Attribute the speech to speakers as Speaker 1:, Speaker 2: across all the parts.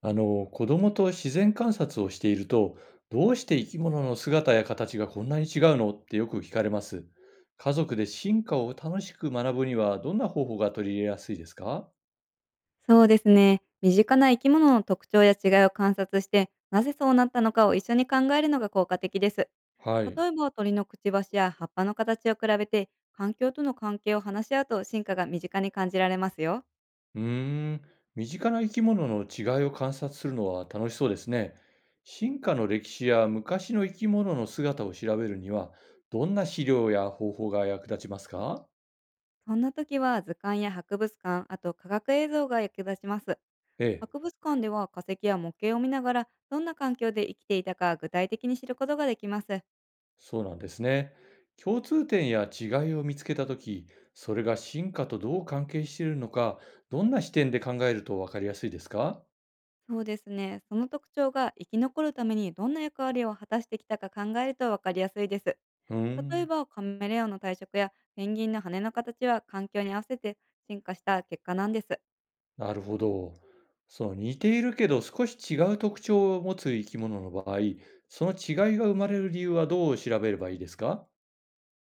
Speaker 1: 子供と自然観察をしていると、どうして生き物の姿や形がこんなに違うのってよく聞かれます。家族で進化を楽しく学ぶにはどんな方法が取り入れやすいですか？
Speaker 2: そうですね。身近な生き物の特徴や違いを観察して、なぜそうなったのかを一緒に考えるのが効果的です。
Speaker 1: はい。
Speaker 2: 例えば鳥のくちばしや葉っぱの形を比べて、環境との関係を話し合うと進化が身近に感じられますよ。
Speaker 1: うーん。身近な生き物の違いを観察するのは楽しそうですね。進化の歴史や昔の生き物の姿を調べるには、どんな資料や方法が役立ちますか？
Speaker 2: そんな時は図鑑や博物館、あと科学映像が役立ちます。
Speaker 1: ええ。
Speaker 2: 博物館では化石や模型を見ながら、どんな環境で生きていたか具体的に知ることができます。
Speaker 1: そうなんですね。共通点や違いを見つけたとき、それが進化とどう関係しているのか、どんな視点で考えるとわかりやすいですか？
Speaker 2: そうですね。その特徴が生き残るためにどんな役割を果たしてきたか考えるとわかりやすいです。
Speaker 1: うー
Speaker 2: 例え
Speaker 1: ん、
Speaker 2: ばカメレオンの体色やペンギンの羽の形は環境に合わせて進化した結果なんです。
Speaker 1: なるほど。その似ているけど少し違う特徴を持つ生き物の場合、その違いが生まれる理由はどう調べればいいですか？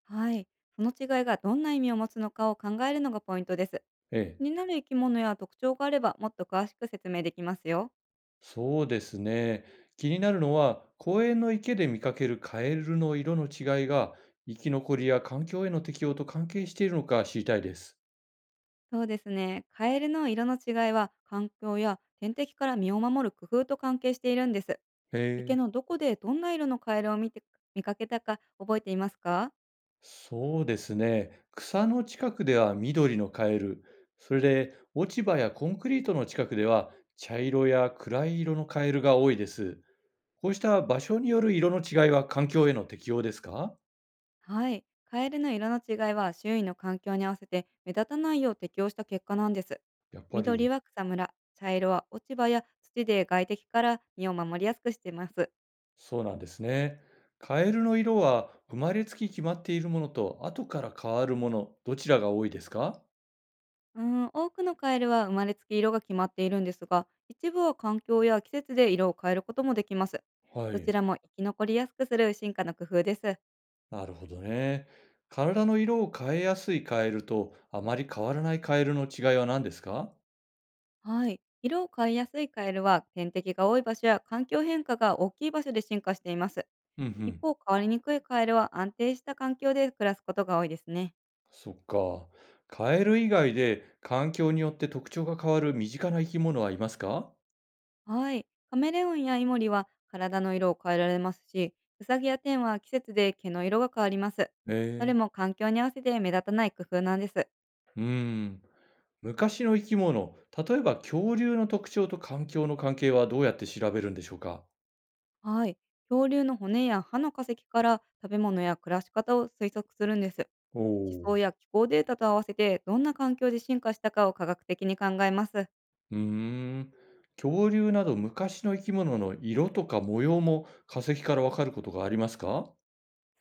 Speaker 2: はい。その違いがどんな意味を持つのかを考えるのがポイントです。
Speaker 1: え
Speaker 2: 気
Speaker 1: え、
Speaker 2: になる生き物や特徴があればもっと詳しく説明できますよ。
Speaker 1: そうですね。気になるのは、公園の池で見かけるカエルの色の違いが、生き残りや環境への適応と関係しているのか知りたいです。
Speaker 2: そうですね。カエルの色の違いは環境や天敵から身を守る工夫と関係しているんです。
Speaker 1: へ
Speaker 2: 池
Speaker 1: え。
Speaker 2: のどこでどんな色のカエルを見かけたか覚えていますか？
Speaker 1: そうですね。草の近くでは緑のカエル、それで落ち葉やコンクリートの近くでは茶色や暗い色のカエルが多いです。こうした場所による色の違いは環境への適応ですか？
Speaker 2: はい。カエルの色の違いは周囲の環境に合わせて目立たないよう適応した結果なんです。
Speaker 1: やっぱ
Speaker 2: 緑
Speaker 1: り。
Speaker 2: は草むら、茶色は落ち葉や土で外敵から身を守りやすくしています。
Speaker 1: そうなんですね。カエルの色は生まれつき決まっているものと後から変わるもの、どちらが多いですか？
Speaker 2: うん、多くのカエルは生まれつき色が決まっているんですが、一部は環境や季節で色を変えることもできます。
Speaker 1: は
Speaker 2: どち
Speaker 1: い。
Speaker 2: らも生き残りやすくする進化の工夫です。
Speaker 1: なるほどね。体の色を変えやすいカエルとあまり変わらないカエルの違いは何ですか？
Speaker 2: はい。色を変えやすいカエルは天敵が多い場所や環境変化が大きい場所で進化しています。
Speaker 1: うんう
Speaker 2: 一
Speaker 1: ん。
Speaker 2: 方、変わりにくいカエルは安定した環境で暮らすことが多いですね。
Speaker 1: そっか。カエル以外で環境によって特徴が変わる身近な生き物はいますか？
Speaker 2: はい。カメレオンやイモリは体の色を変えられますし、ウサギやテンは季節で毛の色が変わります。
Speaker 1: え
Speaker 2: どれ
Speaker 1: え。
Speaker 2: も環境に合わせて目立たない工夫なんです。
Speaker 1: うーん。昔の生き物、例えば恐竜の特徴と環境の関係はどうやって調べるんでしょうか？
Speaker 2: はい。恐竜の骨や歯の化石から食べ物や暮らし方を推測するんです。
Speaker 1: お
Speaker 2: 地
Speaker 1: おー。
Speaker 2: 層や気候データと合わせてどんな環境で進化したかを科学的に考えます。
Speaker 1: うーん。恐竜など昔の生き物の色とか模様も化石からわかることがありますか？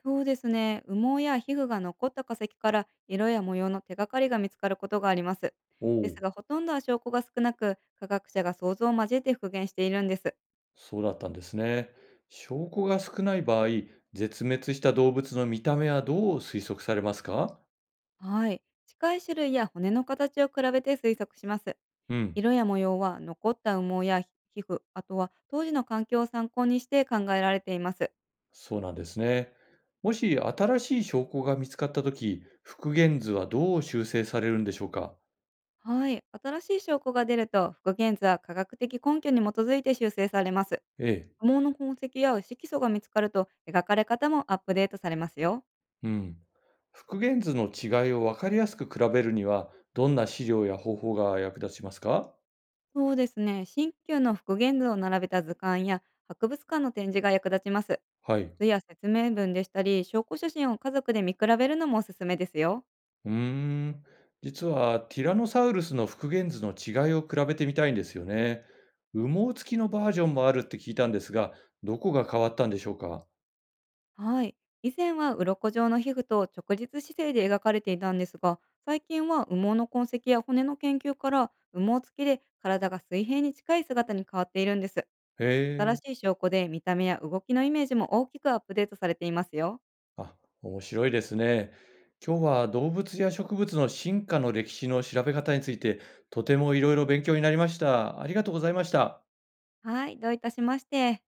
Speaker 2: そうですね。羽毛や皮膚が残った化石から色や模様の手がかりが見つかることがあります。
Speaker 1: お
Speaker 2: です
Speaker 1: おー。
Speaker 2: が、ほとんどは証拠が少なく、科学者が想像を交えて復元しているんです。
Speaker 1: そうだったんですね。証拠が少ない場合、絶滅した動物の見た目はどう推測されますか？
Speaker 2: はい。近い種類や骨の形を比べて推測します。
Speaker 1: うん。
Speaker 2: 色や模様は残った羽毛や皮膚、あとは当時の環境を参考にして考えられています。
Speaker 1: そうなんですね。もし新しい証拠が見つかったとき、復元図はどう修正されるんでしょうか？
Speaker 2: はい。新しい証拠が出ると、復元図は科学的根拠に基づいて修正されます。
Speaker 1: ええ、
Speaker 2: 羽毛の痕跡や色素が見つかると描かれ方もアップデートされますよ。
Speaker 1: うん。復元図の違いを分かりやすく比べるには、どんな資料や方法が役立ちますか？
Speaker 2: そうですね。新旧の復元図を並べた図鑑や博物館の展示が役立ちます。
Speaker 1: はい。
Speaker 2: 図や説明文でしたり、証拠写真を家族で見比べるのもおすすめですよ。
Speaker 1: うーん。実は、ティラノサウルスの復元図の違いを比べてみたいんですよね。羽毛付きのバージョンもあるって聞いたんですが、どこが変わったんでしょうか？
Speaker 2: はい。以前は鱗状の皮膚と直立姿勢で描かれていたんですが、最近は羽毛の痕跡や骨の研究から羽毛付きで体が水平に近い姿に変わっているんです。新
Speaker 1: へえ。
Speaker 2: しい証拠で見た目や動きのイメージも大きくアップデートされていますよ。
Speaker 1: あ、面白いですね。今日は動物や植物の進化の歴史の調べ方について、とてもいろいろ勉強になりました。ありがとうございました。
Speaker 2: はい、どういたしまして。